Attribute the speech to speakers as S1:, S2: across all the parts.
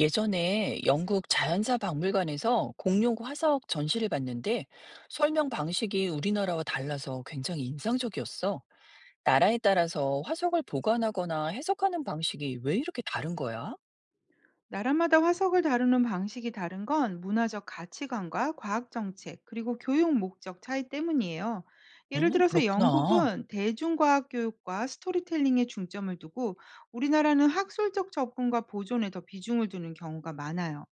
S1: 예전에 영국 자연사 박물관에서 공룡 화석 전시를 봤는데 설명 방식이 우리나라와 달라서 굉장히 인상적이었어. 나라에 따라서 화석을 보관하거나 해석하는 방식이 왜 이렇게 다른 거야?
S2: 나라마다 화석을 다루는 방식이 다른 건 문화적 가치관과 과학 정책, 그리고 교육 목적 차이 때문이에요. 예를
S1: 어,
S2: 들어서
S1: 그렇구나.
S2: 영국은 대중과학 교육과 스토리텔링에 중점을 두고, 우리나라는 학술적 접근과 보존에 더 비중을 두는 경우가 많아요.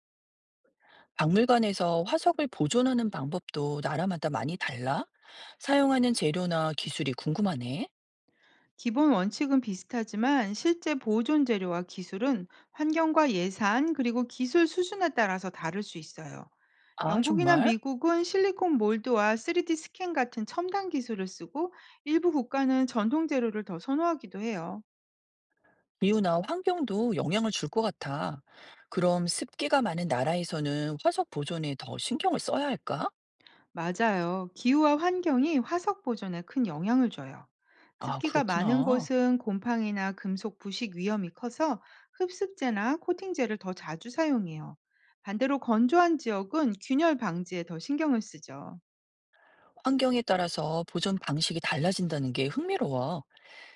S1: 박물관에서 화석을 보존하는 방법도 나라마다 많이 달라? 사용하는 재료나 기술이 궁금하네.
S2: 기본 원칙은 비슷하지만 실제 보존 재료와 기술은 환경과 예산, 그리고 기술 수준에 따라서 다를 수 있어요.
S1: 아,
S2: 영국이나
S1: 정말?
S2: 미국은 실리콘 몰드와 3D 스캔 같은 첨단 기술을 쓰고, 일부 국가는 전통 재료를 더 선호하기도 해요.
S1: 기후나 환경도 영향을 줄 것 같아. 그럼 습기가 많은 나라에서는 화석 보존에 더 신경을 써야 할까?
S2: 맞아요. 기후와 환경이 화석 보존에 큰 영향을 줘요.
S1: 아,
S2: 습기가 많은
S1: 그렇구나.
S2: 곳은 곰팡이나 금속 부식 위험이 커서 흡습제나 코팅제를 더 자주 사용해요. 반대로 건조한 지역은 균열 방지에 더 신경을 쓰죠.
S1: 환경에 따라서 보존 방식이 달라진다는 게 흥미로워.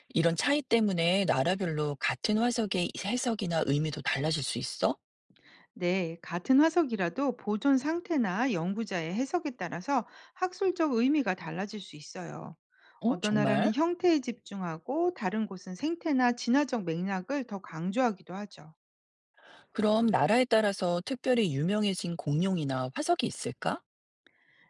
S1: 이런 차이 때문에 나라별로 같은 화석의 해석이나 의미도 달라질 수 있어?
S2: 네, 같은 화석이라도 보존 상태나 연구자의 해석에 따라서 학술적 의미가 달라질 수 있어요.
S1: 어,
S2: 어떤
S1: 정말?
S2: 나라는 형태에 집중하고, 다른 곳은 생태나 진화적 맥락을 더 강조하기도 하죠.
S1: 그럼 나라에 따라서 특별히 유명해진 공룡이나 화석이 있을까?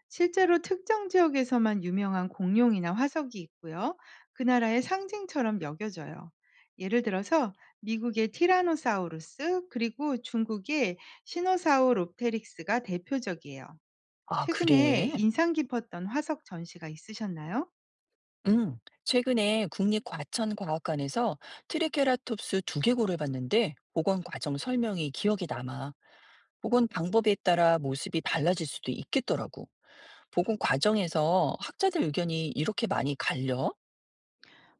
S2: 실제로 특정 지역에서만 유명한 공룡이나 화석이 있고요. 그 나라의 상징처럼 여겨져요. 예를 들어서 미국의 티라노사우루스, 그리고 중국의 시노사우롭테릭스가 대표적이에요.
S1: 아,
S2: 최근에
S1: 그래.
S2: 인상 깊었던 화석 전시가 있으셨나요?
S1: 음, 최근에 국립과천과학관에서 트리케라톱스 두개골을 봤는데 복원 과정 설명이 기억에 남아. 복원 방법에 따라 모습이 달라질 수도 있겠더라고. 복원 과정에서 학자들 의견이 이렇게 많이 갈려?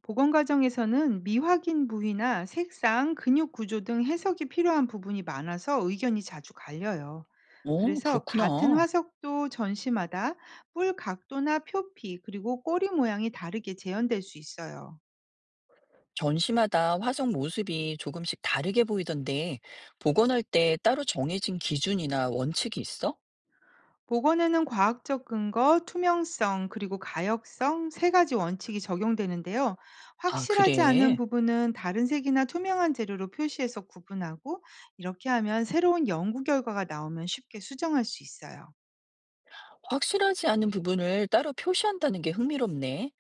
S2: 복원 과정에서는 미확인 부위나 색상, 근육 구조 등 해석이 필요한 부분이 많아서 의견이 자주 갈려요.
S1: 어,
S2: 그래서 같은
S1: 그렇구나.
S2: 화석도 전시마다 뿔 각도나 표피, 그리고 꼬리 모양이 다르게 재현될 수 있어요.
S1: 전시마다 화석 모습이 조금씩 다르게 보이던데 복원할 때 따로 정해진 기준이나 원칙이 있어?
S2: 복원에는 과학적 근거, 투명성, 그리고 가역성 세 가지 원칙이 적용되는데요.
S1: 아,
S2: 확실하지 않은
S1: 그래.
S2: 부분은 다른 색이나 투명한 재료로 표시해서 구분하고, 이렇게 하면 새로운 연구 결과가 나오면 쉽게 수정할 수 있어요.
S1: 확실하지 않은 부분을 따로 표시한다는 게 흥미롭네.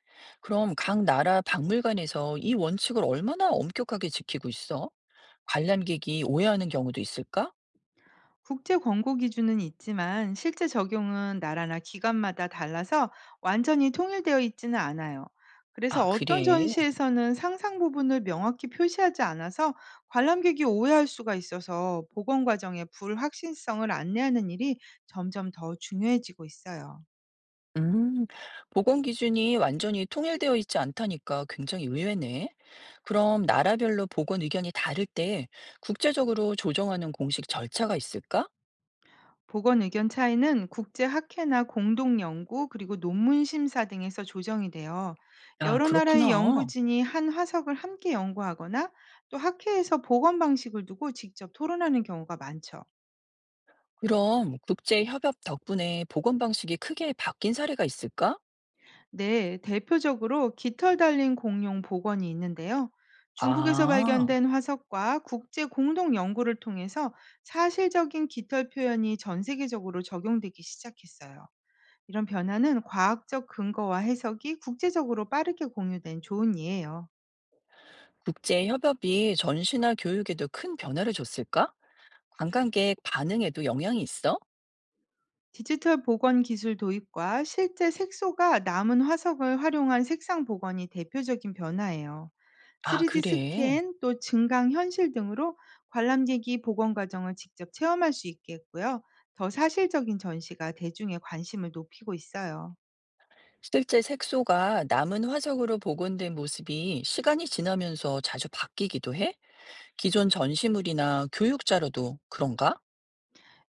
S1: 그럼 각 나라 박물관에서 이 원칙을 얼마나 엄격하게 지키고 있어? 관람객이 오해하는 경우도 있을까?
S2: 국제 권고 기준은 있지만 실제 적용은 나라나 기관마다 달라서 완전히 통일되어 있지는 않아요.
S1: 아,
S2: 그래서 어떤
S1: 그래.
S2: 전시에서는 상상 부분을 명확히 표시하지 않아서 관람객이 오해할 수가 있어서, 복원 과정의 불확실성을 안내하는 일이 점점 더 중요해지고 있어요.
S1: 음, 보건 기준이 완전히 통일되어 있지 않다니까 굉장히 의외네. 그럼 나라별로 보건 의견이 다를 때 국제적으로 조정하는 공식 절차가 있을까?
S2: 보건 의견 차이는 국제 학회나 공동 연구, 그리고 논문 심사 등에서 조정이 돼요.
S1: 아,
S2: 여러 나라의
S1: 그렇구나.
S2: 연구진이 한 화석을 함께 연구하거나, 또 학회에서 보건 방식을 두고 직접 토론하는 경우가 많죠.
S1: 그럼 국제 협업 덕분에 보건 방식이 크게 바뀐 사례가 있을까?
S2: 네, 대표적으로 깃털 달린 공룡 복원이 있는데요. 중국에서
S1: 아.
S2: 발견된 화석과 국제 공동 연구를 통해서 사실적인 깃털 표현이 전 세계적으로 적용되기 시작했어요. 이런 변화는 과학적 근거와 해석이 국제적으로 빠르게 공유된 좋은 예예요.
S1: 국제협업이 전시나 교육에도 큰 변화를 줬을까? 관광객 반응에도 영향이 있어?
S2: 디지털 복원 기술 도입과 실제 색소가 남은 화석을 활용한 색상 복원이 대표적인 변화예요.
S1: 아,
S2: 3D
S1: 그래.
S2: 스캔, 또 증강 현실 등으로 관람객이 복원 과정을 직접 체험할 수 있게 했고요. 더 사실적인 전시가 대중의 관심을 높이고 있어요.
S1: 실제 색소가 남은 화석으로 복원된 모습이 시간이 지나면서 자주 바뀌기도 해? 기존 전시물이나 교육자료도 그런가?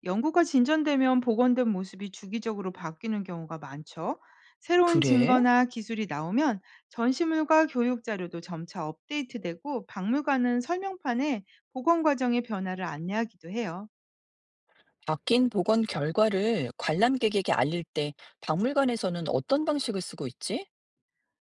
S2: 연구가 진전되면 복원된 모습이 주기적으로 바뀌는 경우가 많죠. 새로운
S1: 그래?
S2: 증거나 기술이 나오면 전시물과 교육 자료도 점차 업데이트되고, 박물관은 설명판에 복원 과정의 변화를 안내하기도 해요.
S1: 바뀐 복원 결과를 관람객에게 알릴 때 박물관에서는 어떤 방식을 쓰고 있지?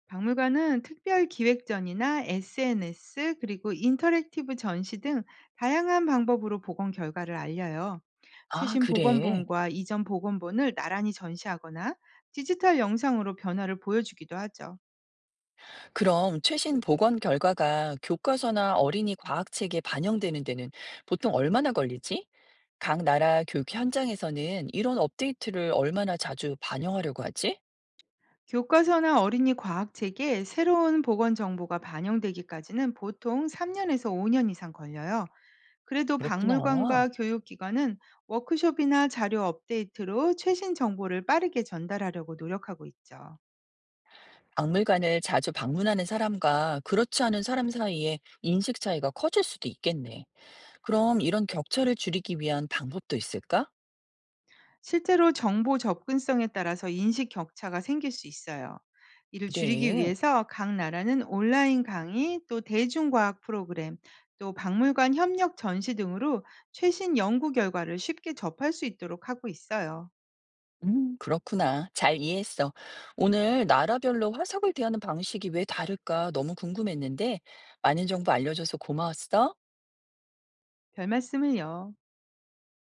S2: 박물관은 특별 기획전이나 SNS, 그리고 인터랙티브 전시 등 다양한 방법으로 복원 결과를 알려요.
S1: 아,
S2: 최신
S1: 그래.
S2: 복원본과 이전 복원본을 나란히 전시하거나 디지털 영상으로 변화를 보여주기도 하죠.
S1: 그럼 최신 보건 결과가 교과서나 어린이 과학책에 반영되는 데는 보통 얼마나 걸리지? 각 나라 교육 현장에서는 이런 업데이트를 얼마나 자주 반영하려고 하지?
S2: 교과서나 어린이 과학책에 새로운 보건 정보가 반영되기까지는 보통 3년에서 5년 이상 걸려요. 그래도
S1: 그렇구나.
S2: 박물관과 교육기관은 워크숍이나 자료 업데이트로 최신 정보를 빠르게 전달하려고 노력하고 있죠.
S1: 박물관을 자주 방문하는 사람과 그렇지 않은 사람 사이에 인식 차이가 커질 수도 있겠네. 그럼 이런 격차를 줄이기 위한 방법도 있을까?
S2: 실제로 정보 접근성에 따라서 인식 격차가 생길 수 있어요. 이를 줄이기
S1: 그래.
S2: 위해서 각 나라는 온라인 강의, 또 대중과학 프로그램, 또 박물관 협력 전시 등으로 최신 연구 결과를 쉽게 접할 수 있도록 하고 있어요.
S1: 그렇구나. 잘 이해했어. 오늘 나라별로 화석을 대하는 방식이 왜 다를까 너무 궁금했는데, 많은 정보 알려줘서 고마웠어.
S2: 별 말씀을요.